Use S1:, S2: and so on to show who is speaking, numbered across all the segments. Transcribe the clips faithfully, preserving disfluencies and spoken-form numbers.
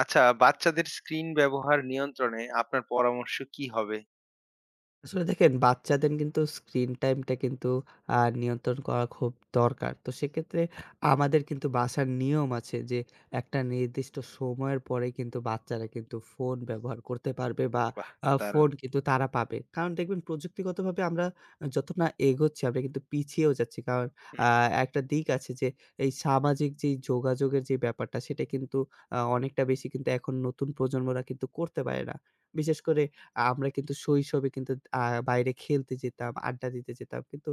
S1: আচ্ছা, বাচ্চাদের স্ক্রিন ব্যবহার নিয়ন্ত্রণে আপনার পরামর্শ কি হবে?
S2: আসলে দেখেন বাচ্চাদের কিন্তু স্ক্রিন টাইমটা কিন্তু আ নিয়ন্ত্রণ করা খুব দরকার। তো সেক্ষেত্রে আমাদের কিন্তু বাসার নিয়ম আছে যে একটা নির্দিষ্ট সময়ের পরে কিন্তু বাচ্চারা কিন্তু ফোন ব্যবহার করতে পারবে বা
S1: বাহ!
S2: আ
S1: দারুণ।
S2: ফোন কিন্তু তারা পাবে। কারণ দেখবেন প্রযুক্তিগতভাবে আমরা যত না এগোচ্ছি আমরা কিন্তু পিছিয়েও যাচ্ছি। কারণ
S1: হুম,
S2: আ একটা দিক আছে যে এই সামাজিক যেই যোগাযোগের যে ব্যাপারটা সেটা কিন্তু আ অনেকটা বেশি কিন্তু এখন নতুন প্রজন্মরা কিন্তু করতে পারে না। বিশেষ করে আমরা কিন্তু শৈশবে কিন্তু আ বাইরে খেলতে যেতাম, আড্ডা দিতে যেতাম। কিন্তু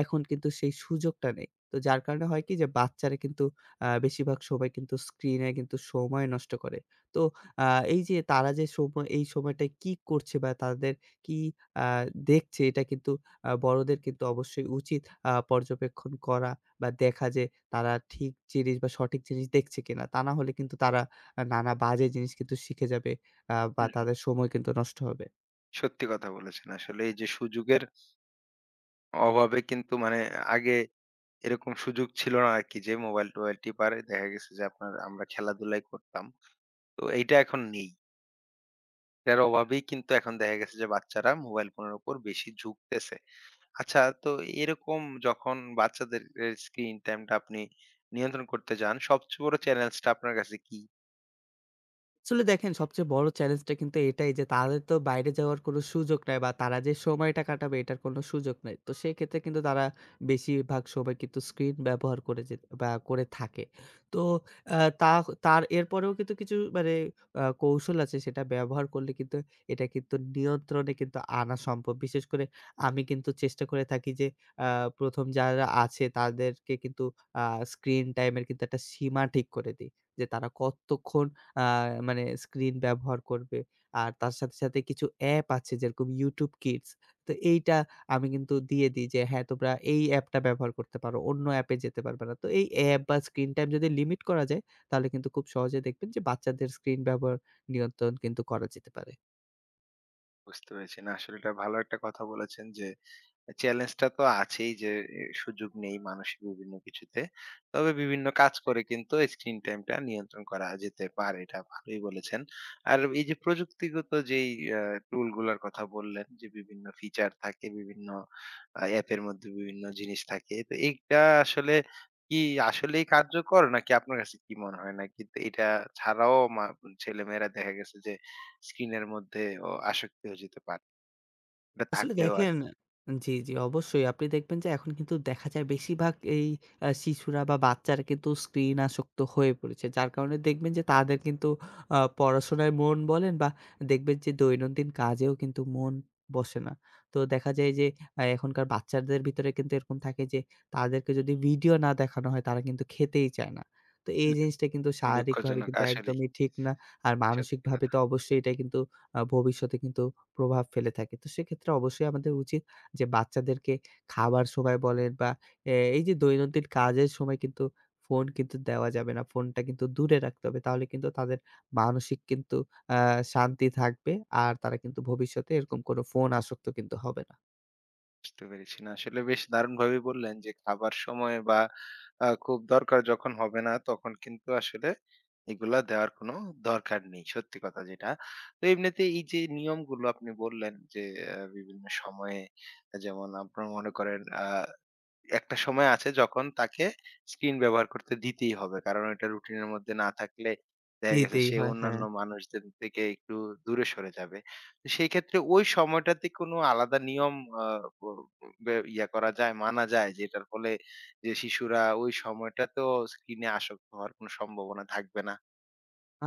S2: এখন কিন্তু সেই সুযোগটা নেই। তো যার কারণে হয় কি যে বাচ্চারা কিন্তু আ বেশিরভাগ সময় কিন্তু স্ক্রিনে কিন্তু সময় নষ্ট করে। তো আ এই যে তারা যে সময় এই সময়টায় কি করছে বা তাদের কি আ দেখছে এটা কিন্তু আ বড়দের কিন্তু অবশ্যই উচিত আ পর্যবেক্ষণ করা বা দেখা যে তারা ঠিক জিনিস বা সঠিক জিনিস দেখছে কিনা। তা না হলে কিন্তু তারা আ নানা বাজে জিনিস কিন্তু শিখে যাবে আ বা
S1: হুম, হুম।
S2: তাদের সময় কিন্তু নষ্ট হবে।
S1: সত্যি কথা বলেছেন। আসলে এই যে সুযোগের অভাবে কিন্তু মানে আগে এরকম সুযোগ ছিল না আরকি যে মোবাইল-টোবাইল টিপার দেখা গেছে যে আপনার আমরা খেলাধুলাই করতাম। তো এইটা এখন নেই। এটার অভাবেই কিন্তু এখন দেখা গেছে যে বাচ্চারা মোবাইল ফোনের উপর বেশি ঝুঁকতেছে। আচ্ছা, তো এরকম যখন বাচ্চাদের এ স্ক্রিন টাইমটা আপনি নিয়ন্ত্রণ করতে যান, সবচেয়ে বড় চ্যালেঞ্জটা আপনার কাছে কি?
S2: আসলে দেখেন সবচেয়ে বড় চ্যালেঞ্জটা কিন্তু এটাই যে তাদের তো বাইরে যাওয়ার কোনো সুযোগ নাই বা তারা যে সময়টা কাটাবে এটার কোনো সুযোগ নাই। তো সেক্ষেত্রে কিন্তু তারা বেশিরভাগ সময় কিন্তু স্ক্রিন ব্যবহার করে যে বা করে থাকে। তো আ তা তার এরপরেও কিন্তু কিছু মানে আ কৌশল আছে সেটা ব্যবহার করলে কিন্তু এটা কিন্তু নিয়ন্ত্রণে কিন্তু আনা সম্ভব। বিশেষ করে আমি কিন্তু চেষ্টা করে থাকি যে আ প্রথম যারা আছে তাদেরকে কিন্তু আ স্ক্রিন টাইম এর কিন্তু একটা সীমা ঠিক করে দেই। যে তারা কতক্ষণ আ মানে স্ক্রিন ব্যবহার করবে। আর তার সাথে, সাথে কিছু অ্যাপ আছে যেরকম YouTube Kids। তো এইটা আমি কিন্তু দিয়ে দিই যে হ্যাঁ, তোমরা এই অ্যাপটা ব্যবহার করতে পারো। অন্য অ্যাপে যেতে পারবে না। তো এই অ্যাপ বা স্ক্রিন টাইম যদি লিমিট করা যায় তাহলে কিন্তু খুব সহজে দেখবেন যে বাচ্চাদের স্ক্রিন ব্যবহার নিয়ন্ত্রণ কিন্তু করা যেতে পারে।
S1: বুঝতে পেরেছি। না আসলে এটা ভালো একটা কথা বলেছেন যে, চ্যালেঞ্জটা তো আছেই যে এ সুযোগ নেই মানুষের বিভিন্ন কিছুতে। তবে বিভিন্ন কাজ করে কিন্তু স্ক্রিন টাইমটা নিয়ন্ত্রণ করা যেতে পারে। এটা ভালোই বলেছেন। আর এই যে প্রযুক্তিগত যেই আ টুল গুলার কথা বললেন যে বিভিন্ন ফিচার থাকে, বিভিন্ন আ অ্যাপের মধ্যে বিভিন্ন জিনিস থাকে। তো এইটা আসলে কি আসলেই কার্যকর নাকি আপনার কাছে কি মনে হয়? নাকি এটা ছাড়াও মা ছেলেমেয়েরা দেখা গেছে যে স্ক্রিনের মধ্যেও আসক্তি হয়ে যেতে পারে। এটা
S2: আসলে
S1: থাকলেও
S2: দেখেন,
S1: আরকি।
S2: জি, জি, অবশ্যই। আপনি দেখবেন যে এখন কিন্তু দেখা যায় বেশিরভাগ এই আ শিশুরা বা বাচ্চারা কিন্তু স্ক্রিন আসক্ত হয়ে পড়েছে। যার কারণে দেখবেন যে তাদের কিন্তু আ পড়াশোনায় মন বলেন বা দেখবেন যে দৈনন্দিন কাজেও কিন্তু মন বসে না। তো দেখা যায় যে আ এখনকার বাচ্চাদের ভিতরে কিন্তু এরকম থাকে যে তাদেরকে যদি ভিডিও না দেখানো হয় তারা কিন্তু খেতেই চায় না। তো এই জিনিসটা কিন্তু শারীরিকভাবে
S1: দুঃখজনক
S2: কিন্তু
S1: আসলেই।
S2: একদমই ঠিক না। আর
S1: সত্যি
S2: মানসিকভাবে
S1: কথা।
S2: তো অবশ্যই এটা কিন্তু আ ভবিষ্যতে কিন্তু প্রভাব ফেলে থাকে। তো সেক্ষেত্রে অবশ্যই আমাদের উচিত যে বাচ্চাদেরকে খাবার সময় বলেন বা এ এই যে দৈনন্দিন কাজের সময় কিন্তু ফোন কিন্তু দেওয়া যাবে না। ফোনটা কিন্তু দূরে রাখতে হবে। তাহলে কিন্তু তাদের মানসিক কিন্তু আ শান্তি থাকবে। আর তারা কিন্তু ভবিষ্যতে এরকম কোনো ফোন আসক্ত কিন্তু হবে না।
S1: বুঝতে পেরেছি। না আসলে বেশ দারুণভাবে বললেন যে খাবার সময় বা আ খুব দরকার যখন হবে না তখন কিন্তু আসলে এগুলা দেওয়ার কোনো দরকার নেই। সত্যি কথা যেটা। তো এমনিতে এই যে নিয়মগুলো আপনি বললেন যে আ বিভিন্ন সময়ে, যেমন আপনারা মনে করেন আ একটা সময় আছে যখন তাকে স্ক্রিন ব্যবহার করতে দিতেই হবে। কারণ এটা রুটিনের মধ্যে না থাকলে দেখা গেছে
S2: দিতেই
S1: সে
S2: হয়। হ্যাঁ।
S1: অন্যান্য মানুষদের থেকে একটু দূরে সরে যাবে। তো সেই ক্ষেত্রে ওই সময়টাতে কোনো আলাদা নিয়ম আ ব বে ইয়া করা যায়, মানা যায়, যেটার ফলে যে শিশুরা ওই সময়টাতেও স্ক্রিনে আসক্ত হওয়ার কোনো সম্ভাবনা থাকবে না।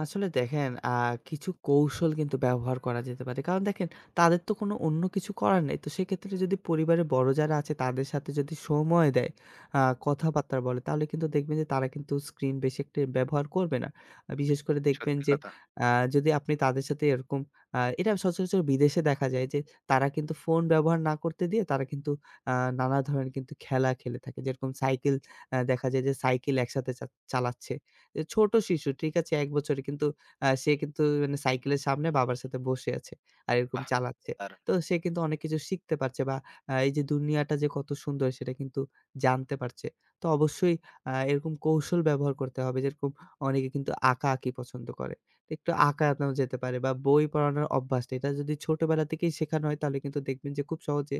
S2: আসলে দেখেন আ কিছু কৌশল কিন্তু ব্যবহার করা যেতে পারে। কারণ দেখেন তাদের তো কোনো অন্য কিছু করার নেই। তো সেক্ষেত্রে যদি পরিবারের বড় যারা আছে তাদের সাথে যদি সময় দেয়, আ কথাবার্তা বলে তাহলে কিন্তু দেখবেন যে তারা কিন্তু স্ক্রিন বেশি একটা ব্যবহার করবে না। আ বিশেষ করে দেখবেন
S1: সত্যি
S2: যে
S1: কথা।
S2: আ যদি আপনি তাদের সাথে এরকম, আ এটা সচরাচর বিদেশে দেখা যায় যে তারা কিন্তু ফোন ব্যবহার না করতে দিয়ে তারা কিন্তু আ নানা ধরনের কিন্তু খেলা খেলে থাকে। যেরকম সাইকেল, আ দেখা যায় যে সাইকেল একসাথে চা চালাচ্ছে। এ ছোট শিশু, ঠিক আছে? এক বছরের। কিন্তু আ সে কিন্তু মানে সাইকেলের সামনে বাবার সাথে বসে আছে। আর এরকম
S1: বাহ!
S2: চালাচ্ছে।
S1: দারুণ।
S2: তো সে কিন্তু অনেক কিছু শিখতে পারছে বা আ এই যে দুনিয়াটা যে কত সুন্দর সেটা কিন্তু জানতে পারছে। তো অবশ্যই আ এরকম কৌশল ব্যবহার করতে হবে। যেরকম অনেকে কিন্তু আঁকাআঁকি পছন্দ করে। তো একটু আঁকা আঁকানো যেতে পারে বা বই পড়ানোর অভ্যাসটা, এটা যদি ছোটবেলা থেকেই শেখানো হয় তাহলে কিন্তু দেখবেন যে খুব সহজে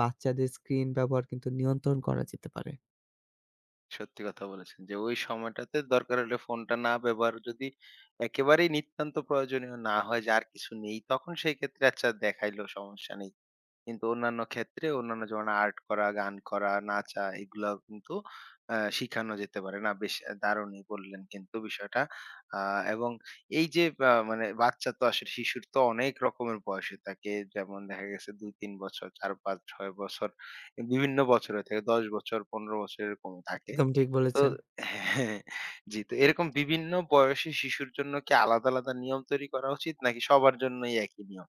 S2: বাচ্চাদের স্ক্রিন ব্যবহার কিন্তু নিয়ন্ত্রণ করা যেতে পারে।
S1: সত্যি কথা বলেছেন যে ওই সময়টাতে দরকার হলে ফোনটা না ব্যবহার, যদি একেবারেই নিতান্ত প্রয়োজনীয় না হয় যে আর কিছু নেই, তখন সেই ক্ষেত্রে আচ্ছা দেখাইলো সমস্যা নেই, কিন্তু অন্যান্য ক্ষেত্রে অন্যান্য যেমন আর্ট করা, গান করা, নাচা, এগুলো কিন্তু আহ, শিখানো যেতে পারে না? বেশ দারুণই বললেন কিন্তু বিষয়টা। আহ, এবং এই যে আহ, মানে বাচ্চা তো আসলে শিশুর তো অনেক রকমের বয়সে থাকে, যেমন দেখা গেছে দুই তিন বছর, চার পাঁচ ছয় বছর, বিভিন্ন বছরে থাকে, দশ বছর, পনেরো বছর, এরকম থাকে।
S2: একদম ঠিক
S1: তো
S2: বলেছেন।
S1: হ্যাঁ, জি। তো এরকম বিভিন্ন বয়সী শিশুর জন্য কি আলাদা, আলাদা নিয়ম তৈরি করা উচিত নাকি সবার জন্যই একই নিয়ম?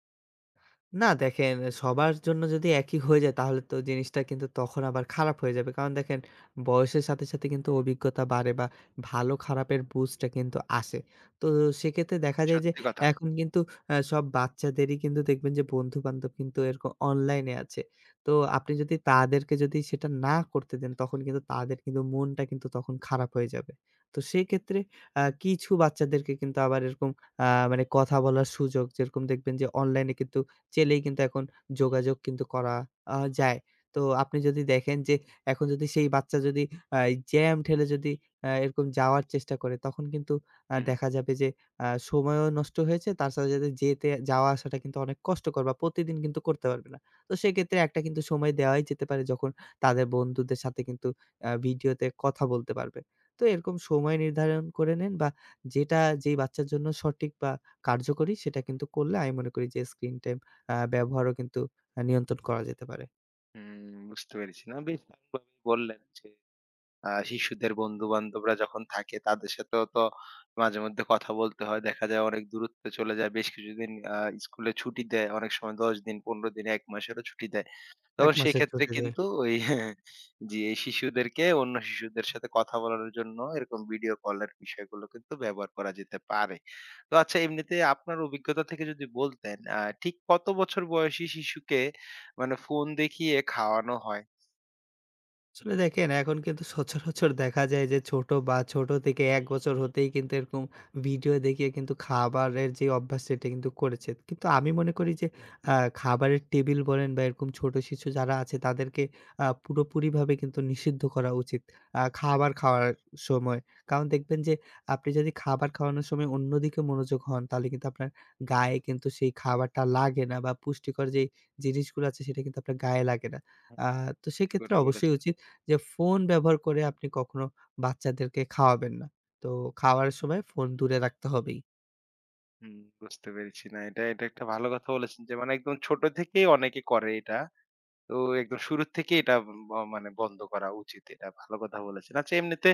S2: না দেখেন, সবার জন্য যদি একই হয়ে যায় তাহলে তো জিনিসটা কিন্তু তখন আবার খারাপ হয়ে যাবে। কারণ দেখেন, বয়সের সাথে, সাথে কিন্তু অভিজ্ঞতা বাড়ে বা ভালো খারাপের বুঝটা কিন্তু আসে। তো সেক্ষেত্রে দেখা যায় যে
S1: সত্যি কথা।
S2: এখন কিন্তু অ্যা সব বাচ্চাদেরই কিন্তু দেখবেন যে বন্ধু-বান্ধব কিন্তু এরকম অনলাইনে আছে। তো আপনি যদি তাদেরকে যদি সেটা না করতে দেন তখন কিন্তু তাদের কিন্তু মনটা কিন্তু তখন খারাপ হয়ে যাবে। তো সেক্ষেত্রে আ কিছু বাচ্চাদেরকে কিন্তু আবার এরকম, আ মানে কথা বলার সুযোগ, যেরকম দেখবেন যে অনলাইনে কিন্তু চাইলেই কিন্তু এখন যোগাযোগ কিন্তু করা আ যায়। তো আপনি যদি দেখেন যে এখন যদি সেই বাচ্চা যদি আ জ্যাম ঠেলে যদি আ এরকম যাওয়ার চেষ্টা করে তখন কিন্তু আ
S1: হুম,
S2: দেখা যাবে যে আ সময়ও নষ্ট হয়েছে, তার সাথে, সাথে যেতে যাওয়া আসাটা কিন্তু অনেক কষ্টকর বা প্রতিদিন কিন্তু করতে পারবে না। তো সেক্ষেত্রে একটা কিন্তু সময় দেওয়াই যেতে পারে যখন তাদের বন্ধুদের সাথে কিন্তু আ ভিডিওতে কথা বলতে পারবে। তো এরকম সময় নির্ধারণ করে নেন বা যেটা যেই বাচ্চার জন্য সঠিক বা কার্যকরী সেটা কিন্তু করলে আমি মনে করি যে স্ক্রিন টাইম আ ব্যবহারও কিন্তু আ নিয়ন্ত্রণ করা যেতে পারে।
S1: হুম বুঝতে পেরেছি। না বেশ দারুণভাবে বললেন যে আ শিশুদের বন্ধু-বান্ধবরা যখন থাকে তাদের সাথেও তো মাঝে মধ্যে কথা বলতে হয়। দেখা যায় অনেক দূরত্বে চলে যায়। বেশ কিছুদিন আ স্কুলে ছুটি দেয়। অনেক সময় দশ দিন, পনেরো দিন, এক মাসেরও ছুটি দেয়।
S2: এক
S1: তখন
S2: মাসের
S1: সেক্ষেত্রে
S2: ছুটিতে।
S1: কিন্তু ওই জি, এই শিশুদেরকে অন্য শিশুদের সাথে কথা বলানোর জন্য এরকম ভিডিও কলের বিষয়গুলো কিন্তু ব্যবহার করা যেতে পারে। তো আচ্ছা, এমনিতে আপনার অভিজ্ঞতা থেকে যদি বলতেন, আ ঠিক কত বছর বয়সী শিশুকে মানে ফোন দেখিয়ে খাওয়ানো হয়?
S2: আসলে দেখেন এখন কিন্তু সচরাচর দেখা যায় যে ছোট বা ছোট থেকে এক বছর হতেই কিন্তু এরকম ভিডিও দেখিয়ে কিন্তু খাবারের যে অভ্যাস সেটা কিন্তু করেছে। কিন্তু আমি মনে করি যে আ খাবারের টেবিল বলেন বা এরকম ছোট শিশু যারা আছে তাদেরকে আ পুরোপুরিভাবে কিন্তু নিষিদ্ধ করা উচিত, আ খাবার খাওয়ার সময়। কারণ দেখবেন যে আপনি যদি খাবার খাওয়ানোর সময় অন্যদিকে মনোযোগ হন তাহলে কিন্তু আপনার গায়ে কিন্তু সেই খাবারটা লাগে না বা পুষ্টিকর যেই জিনিসগুলো আছে সেটা কিন্তু আপনার গায়ে লাগে না।
S1: হ্যাঁ।
S2: আ তো
S1: ঠিক
S2: সেক্ষেত্রে
S1: করে
S2: অবশ্যই
S1: বলেছেন।
S2: উচিত যে ফোন ব্যবহার করে আপনি কখনো বাচ্চাদেরকে খাওয়াবেন না। তো খাওয়ার সময় ফোন দূরে রাখতে হবেই।
S1: হুম, বুঝতে পেরেছি। না এটা, এটা একটা ভালো কথা বলেছেন যে মানে একদম ছোট থেকেই অনেকে করে এটা। তো একদম শুরুর থেকেই এটা ব মানে বন্ধ করা উচিত। এটা ভালো কথা বলেছেন। আচ্ছা, এমনিতে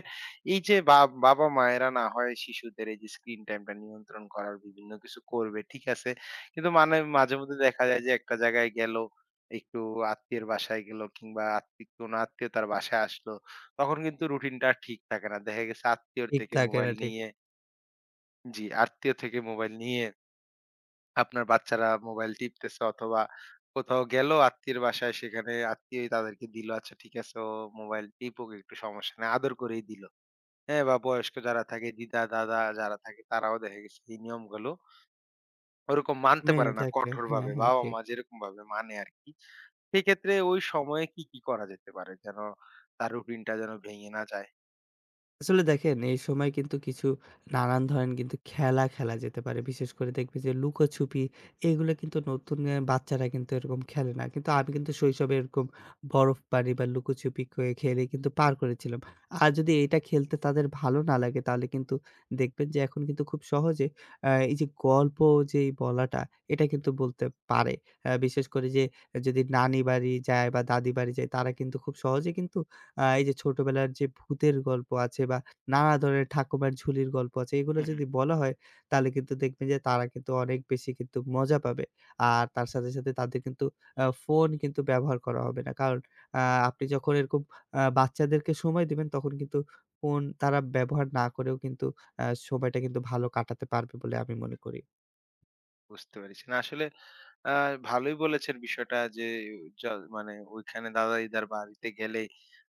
S1: এই যে বা বাবা-মায়েরা না হয় শিশুদের এই যে স্ক্রিন টাইমটা নিয়ন্ত্রণ করার বিভিন্ন কিছু করবে, ঠিক আছে। কিন্তু মানে মাঝেমধ্যে দেখা যায় যে একটা জায়গায় গেল, একটু আত্মীয়ের বাসায় গেল কিংবা আত্মীয় কোনো আত্মীয় তার বাসায় আসলো। তখন কিন্তু রুটিনটা আর ঠিক থাকে না। দেখা গেছে আত্মীয়র
S2: ঠিক
S1: থেকে
S2: থাকে না,
S1: মোবাইল
S2: ঠিক।
S1: নিয়ে জি, আত্মীয় থেকে মোবাইল নিয়ে আপনার বাচ্চারা মোবাইল টিপতেছে, অথবা কোথাও গেল আত্মীয়ের বাসায় সেখানে আত্মীয়ই তাদেরকে দিল, আচ্ছা ঠিক আছে ও মোবাইল টিপুক একটু সমস্যা নেই আদর করেই দিল। হ্যাঁ, বা বয়স্ক যারা থাকে দিদা দাদা যারা থাকে তারাও দেখা গেছে এই নিয়মগুলো ওরকম মানতে
S2: মেনে
S1: পারে না
S2: থাকে।
S1: কঠোর
S2: হ্যাঁ,
S1: ভাবে
S2: হ্যাঁ,
S1: বাবা
S2: ঠিক।
S1: মা যেরকম ভাবে, মানে আর কি। সেক্ষেত্রে ওই সময়ে কি কি করা যেতে পারে যেন তার রুটিনটা যেন ভেঙে না যায়?
S2: আসলে দেখেন এই সময় কিন্তু কিছু নানান ধরনের কিন্তু খেলা খেলা যেতে পারে। বিশেষ করে দেখবে যে লুকোছুপি, এগুলো কিন্তু নতুন অ্যা বাচ্চারা কিন্তু এরকম খেলে না। কিন্তু আমি কিন্তু শৈশবে এরকম বরফ পানি বা লুকোছুপি খে খেলে কিন্তু পার করেছিলাম। আর যদি এটা খেলতে তাদের ভালো না লাগে তাহলে কিন্তু দেখবেন যে এখন কিন্তু খুব সহজে আ এই যে গল্প যেই বলাটা, এটা কিন্তু বলতে পারে। অ্যা বিশেষ করে যে যদি নানি বাড়ি যায় বা দাদি বাড়ি যায়, তারা কিন্তু খুব সহজে কিন্তু আ এই যে ছোটবেলার যে ভূতের গল্প আছে বা নানা ধরনের ঠাকুমার ঝুলির গল্প আছে, এগুলো যদি বলা হয় তাহলে কিন্তু দেখবেন যে তারা কিন্তু অনেক বেশি কিন্তু মজা পাবে। আর তার সাথে, সাথে তাদের কিন্তু আ ফোন কিন্তু ব্যবহার করা হবে না। কারণ আ আপনি যখন এরকম আ বাচ্চাদেরকে সময় দিবেন তখন কিন্তু ফোন তারা ব্যবহার না করেও কিন্তু আ সময়টা কিন্তু ভালো কাটাতে পারবে বলে আমি মনে করি।
S1: বুঝতে পেরেছি। না আসলে আ ভালোই বলেছেন বিষয়টা যে য মানে ওইখানে দাদা দিদার বাড়িতে গেলে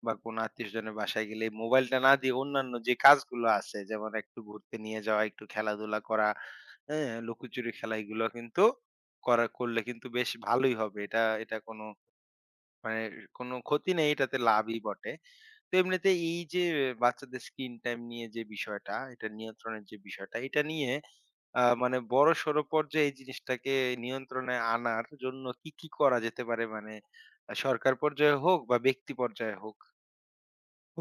S1: বা কোনো আত্মীয়স্বজনের বাসায় গেলে মোবাইলটা না দিয়ে অন্যান্য যে কাজগুলো আছে, যেমন একটু ঘুরতে নিয়ে যাওয়া, একটু খেলাধুলা করা, হ্যাঁ? লুকোচুরি খেলা, এগুলো কিন্তু করা করলে কিন্তু বেশ ভালোই হবে। এটা এটা কোনো মানে কোনো ক্ষতি নেই, এটাতে লাভই বটে। তো এমনিতে এই যে বাচ্চাদের স্ক্রিন টাইম নিয়ে যে বিষয়টা, এটা নিয়ন্ত্রণের যে বিষয়টা, এটা নিয়ে আ মানে বড়সড় পর্যায়ে এই জিনিসটাকে নিয়ন্ত্রণে আনার জন্য কি, কি করা যেতে পারে? মানে আ সরকার পর্যায়ে হোক বা ব্যক্তি পর্যায়ে হোক?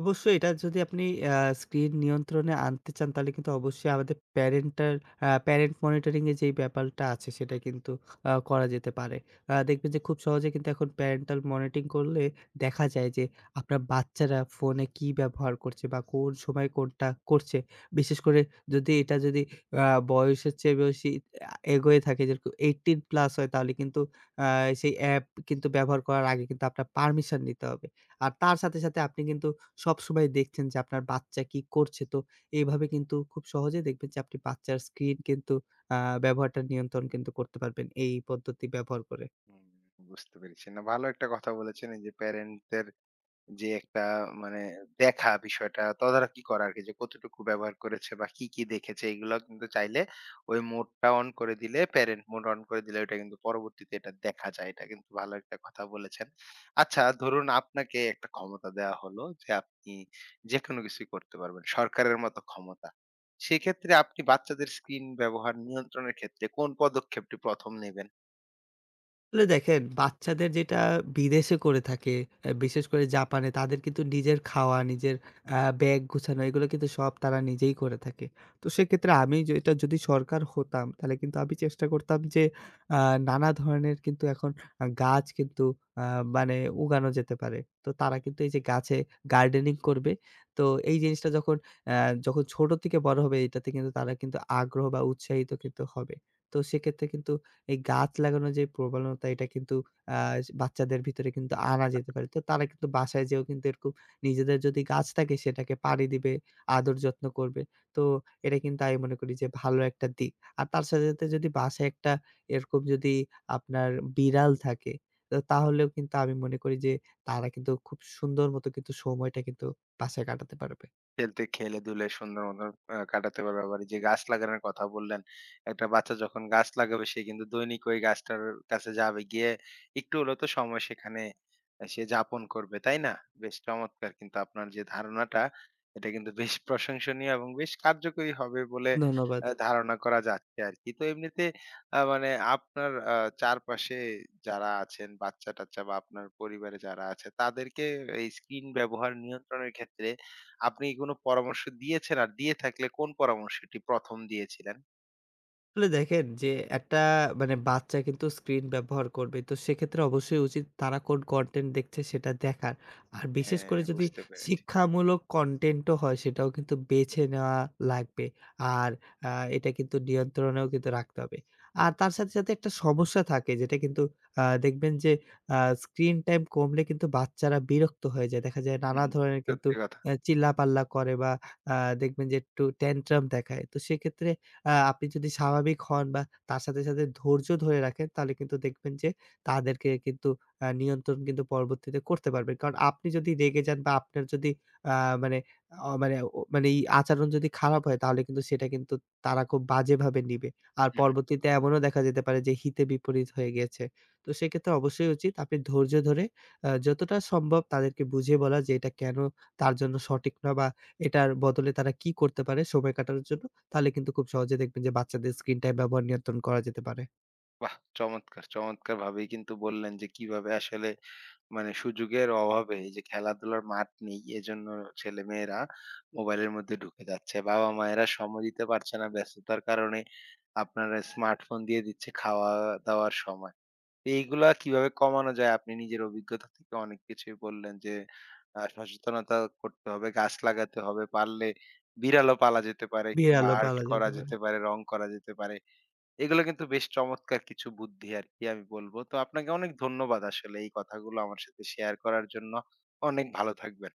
S2: অবশ্যই এটা যদি আপনি আ স্ক্রিন নিয়ন্ত্রণে আনতে চান, তাহলে কিন্তু অবশ্যই আমাদের প্যারেন্টাল আ প্যারেন্ট মনিটরিং এর যেই ব্যাপারটা আছে, সেটা কিন্তু আ করা যেতে পারে। আ দেখবেন যে খুব সহজে কিন্তু এখন প্যারেন্টাল মনিটরিং করলে দেখা যায় যে, আপনার বাচ্চারা ফোনে কি ব্যবহার করছে বা কোন সময় কোনটা করছে। বিশেষ করে যদি এটা যদি আ বয়সের চেয়ে বেশি আ এগোয়ে থাকে, যেরকম আঠারো প্লাস হয়, তাহলে কিন্তু আ সেই অ্যাপ কিন্তু ব্যবহার করার আগে কিন্তু আপনার পারমিশন নিতে হবে। আর তার সাথে, সাথে আপনি কিন্তু সবসময় দেখছেন যে আপনার বাচ্চা কি করছে। তো এইভাবে কিন্তু খুব সহজেই দেখবেন যে আপনি বাচ্চার স্ক্রিন কিন্তু আ ব্যবহারটা নিয়ন্ত্রণ কিন্তু করতে পারবেন এই পদ্ধতি ব্যবহার করে।
S1: হুম। বুঝতে পেরেছি। না ভালো একটা কথা বলেছেন এই যে প্যারেন্টদের যে একটা মানে দেখা, বিষয়টা তদারকি করা আরকি, যে কতটুকু ব্যবহার করেছে বা কি, কি দেখেছে, এগুলো কিন্তু চাইলে ওই মোডটা অন করে দিলে, প্যারেন্ট মোড অন করে দিলে ওইটা কিন্তু পরবর্তীতে এটা দেখা যায়। এটা কিন্তু ভালো একটা কথা বলেছেন। আচ্ছা, ধরুন আপনাকে একটা ক্ষমতা দেওয়া হলো যে আপনি যেকোনো কিছুই করতে পারবেন। সরকারের মতো ক্ষমতা। সেক্ষেত্রে আপনি বাচ্চাদের স্ক্রিন ব্যবহার নিয়ন্ত্রণের ক্ষেত্রে কোন পদক্ষেপটি প্রথম নেবেন?
S2: আসলে দেখেন বাচ্চাদের যেটা বিদেশে করে থাকে, আ বিশেষ করে জাপানে, তাদের কিন্তু নিজের খাওয়া, নিজের আ ব্যাগ গুছানো, এগুলো কিন্তু সব তারা নিজেই করে থাকে। তো সেক্ষেত্রে আমি যেটা, যদি সরকার হতাম তাহলে কিন্তু আমি চেষ্টা করতাম যে আ নানা ধরনের কিন্তু এখন আ গাছ কিন্তু আ মানে উগানো যেতে পারে। তো তারা কিন্তু এই যে গাছে গার্ডেনিং করবে। তো এই জিনিসটা যখন আ যখন ছোট থেকে বড় হবে, এটাতে কিন্তু তারা কিন্তু আগ্রহ বা উৎসাহিত কিন্তু হবে। তো সেক্ষেত্রে কিন্তু এই গাছ লাগানোর যে প্রবণতা এটা কিন্তু আ বাচ্চাদের ভিতরে কিন্তু আনা যেতে পারে। তো তারা কিন্তু বাসায় যেয়েও কিন্তু এরকম নিজেদের যদি গাছ থাকে সেটাকে পানি দিবে, আদর যত্ন করবে। তো এটা কিন্তু আমি মনে করি যে ভালো একটা দিক। আর তার সাথে, সাথে যদি বাসায় একটা এরকম যদি আপনার বিড়াল থাকে, তো তাহলেও কিন্তু আমি মনে করি যে তারা কিন্তু খুব সুন্দর মতো কিন্তু সময়টা কিন্তু বাসায় কাটাতে পারবে।
S1: খেলতে খেলে ধুলে সুন্দর মতন আ কাটাতে পারবে। আবার এই যে গাছ লাগানোর কথা বললেন, একটা বাচ্চা যখন গাছ লাগাবে সে কিন্তু দৈনিক ওই গাছটার কাছে যাবে। গিয়ে একটু হলেও তো সময় সেখানে আ সে যাপন করবে, তাই না? বেশ চমৎকার কিন্তু আপনার যে ধারণাটা, এটা কিন্তু বেশ প্রশংসনীয় এবং বেশ কার্যকরী হবে বলে
S2: ধন্যবাদ।
S1: আ ধারণা করা যাচ্ছে আরকি। তো এমনিতে আ মানে আপনার আ চারপাশে যারা আছেন বাচ্চা-টাচ্চা বা আপনার পরিবারে যারা আছে, তাদেরকে এই স্ক্রিন ব্যবহার নিয়ন্ত্রণের ক্ষেত্রে আপনি কি কোনো পরামর্শ দিয়েছেন? আর দিয়ে থাকলে কোন পরামর্শটি প্রথম দিয়েছিলেন?
S2: আসলে দেখেন যে একটা, মানে বাচ্চা কিন্তু স্ক্রিন ব্যবহার করবে। তো সেক্ষেত্রে অবশ্যই উচিত তারা কোন কনটেন্ট দেখছে সেটা দেখার। আর বিশেষ
S1: হ্যাঁ,
S2: করে যদি
S1: বুঝতে পেরেছি।
S2: শিক্ষামূলক কনটেন্টও হয় সেটাও কিন্তু বেছে নেওয়া লাগবে। আর আ এটা কিন্তু নিয়ন্ত্রণেও কিন্তু রাখতে হবে। আর তার সাথে, সাথে একটা সমস্যা থাকে যেটা কিন্তু আ দেখবেন যে আ স্ক্রিন টাইম কমলে কিন্তু বাচ্চারা বিরক্ত হয়ে যায়। দেখা যায়
S1: হুম,
S2: নানা
S1: হুম।
S2: ধরনের কিন্তু
S1: সত্যি কথা।
S2: অ্যা চিল্লাপাল্লা করে বা আ দেখবেন যে একটু ট্যানট্রাম দেখায়। তো সেক্ষেত্রে আ আপনি যদি স্বাভাবিক হন বা তার সাথে, সাথে ধৈর্য ধরে রাখেন তাহলে কিন্তু দেখবেন যে তাদেরকে কিন্তু আ নিয়ন্ত্রণ কিন্তু পরবর্তীতে করতে পারবেন। কারণ আপনি যদি রেগে যান বা আপনার যদি আ মানে অ মানে ও মানে এই আচরণ যদি খারাপ হয় তাহলে কিন্তু সেটা কিন্তু তারা খুব বাজেভাবে নিবে। আর
S1: হুম, হুম।
S2: পরবর্তীতে এমনও দেখা যেতে পারে যে হিতে বিপরীত হয়ে গিয়েছে। তো সেক্ষেত্রে অবশ্যই উচিত আপনি ধৈর্য ধরে আ যতটা সম্ভব তাদেরকে বুঝিয়ে বলা যে এটা কেন তার জন্য সঠিক না বা এটার বদলে তারা কি করতে পারে সময় কাটানোর জন্য, তাহলে কিন্তু খুব সহজে দেখবেন যে বাচ্চাদের স্ক্রিন টাইম ব্যবহার নিয়ন্ত্রণ করা যেতে পারে।
S1: বাহ! চমৎকার, চমৎকারভাবেই কিন্তু বললেন যে কিভাবে আসলে মানে সুযোগের অভাবে এই যে খেলাধুলার মাঠ নেই, এজন্য ছেলেমেয়েরা মোবাইলের মধ্যে ঢুকে যাচ্ছে। বাবা-মায়েরা সময় দিতে পারছে না ব্যস্ততার কারণে। আপনারা স্মার্টফোন দিয়ে দিচ্ছে খাওয়া-দাওয়ার সময়। তো এইগুলা কিভাবে কমানো যায়? আপনি নিজের অভিজ্ঞতা থেকে অনেক কিছুই বললেন যে, আ সচেতনতা করতে হবে, গাছ লাগাতে হবে, পারলে বিড়ালও পালা যেতে পারে
S2: বিয়ের
S1: কিংবা
S2: আলো
S1: আর্ট
S2: পালা
S1: করা
S2: যেতে পারে।
S1: যেতে পারে, রং করা যেতে পারে। এগুলো কিন্তু বেশ চমৎকার কিছু বুদ্ধি আরকি আমি বলব। তো আপনাকে অনেক ধন্যবাদ আসলে এই কথাগুলো আমার সাথে শেয়ার করার জন্য। অনেক ভালো থাকবেন।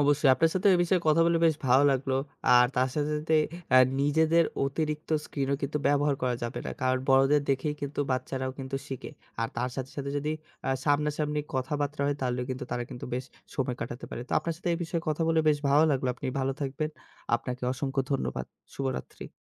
S2: অবশ্যই। আপনার সাথে এই বিষয়ে কথা বলে বেশ ভালো লাগলো। আর তার সাথে, সাথে অ্যা নিজেদের অতিরিক্ত স্ক্রিনও কিন্তু ব্যবহার করা যাবে না। কারণ বড়দের দেখেই কিন্তু বাচ্চারাও কিন্তু শিখে। আর তার সাথে, সাথে যদি আ সামনাসামনি কথাবার্তা হয় তাহলেও কিন্তু তারা কিন্তু বেশ সময় কাটাতে পারে। তো আপনার সাথে এই বিষয়ে কথা বলে বেশ ভালো লাগলো। আপনি ভালো থাকবেন। আপনাকে অসংখ্য ধন্যবাদ। শুভরাত্রি।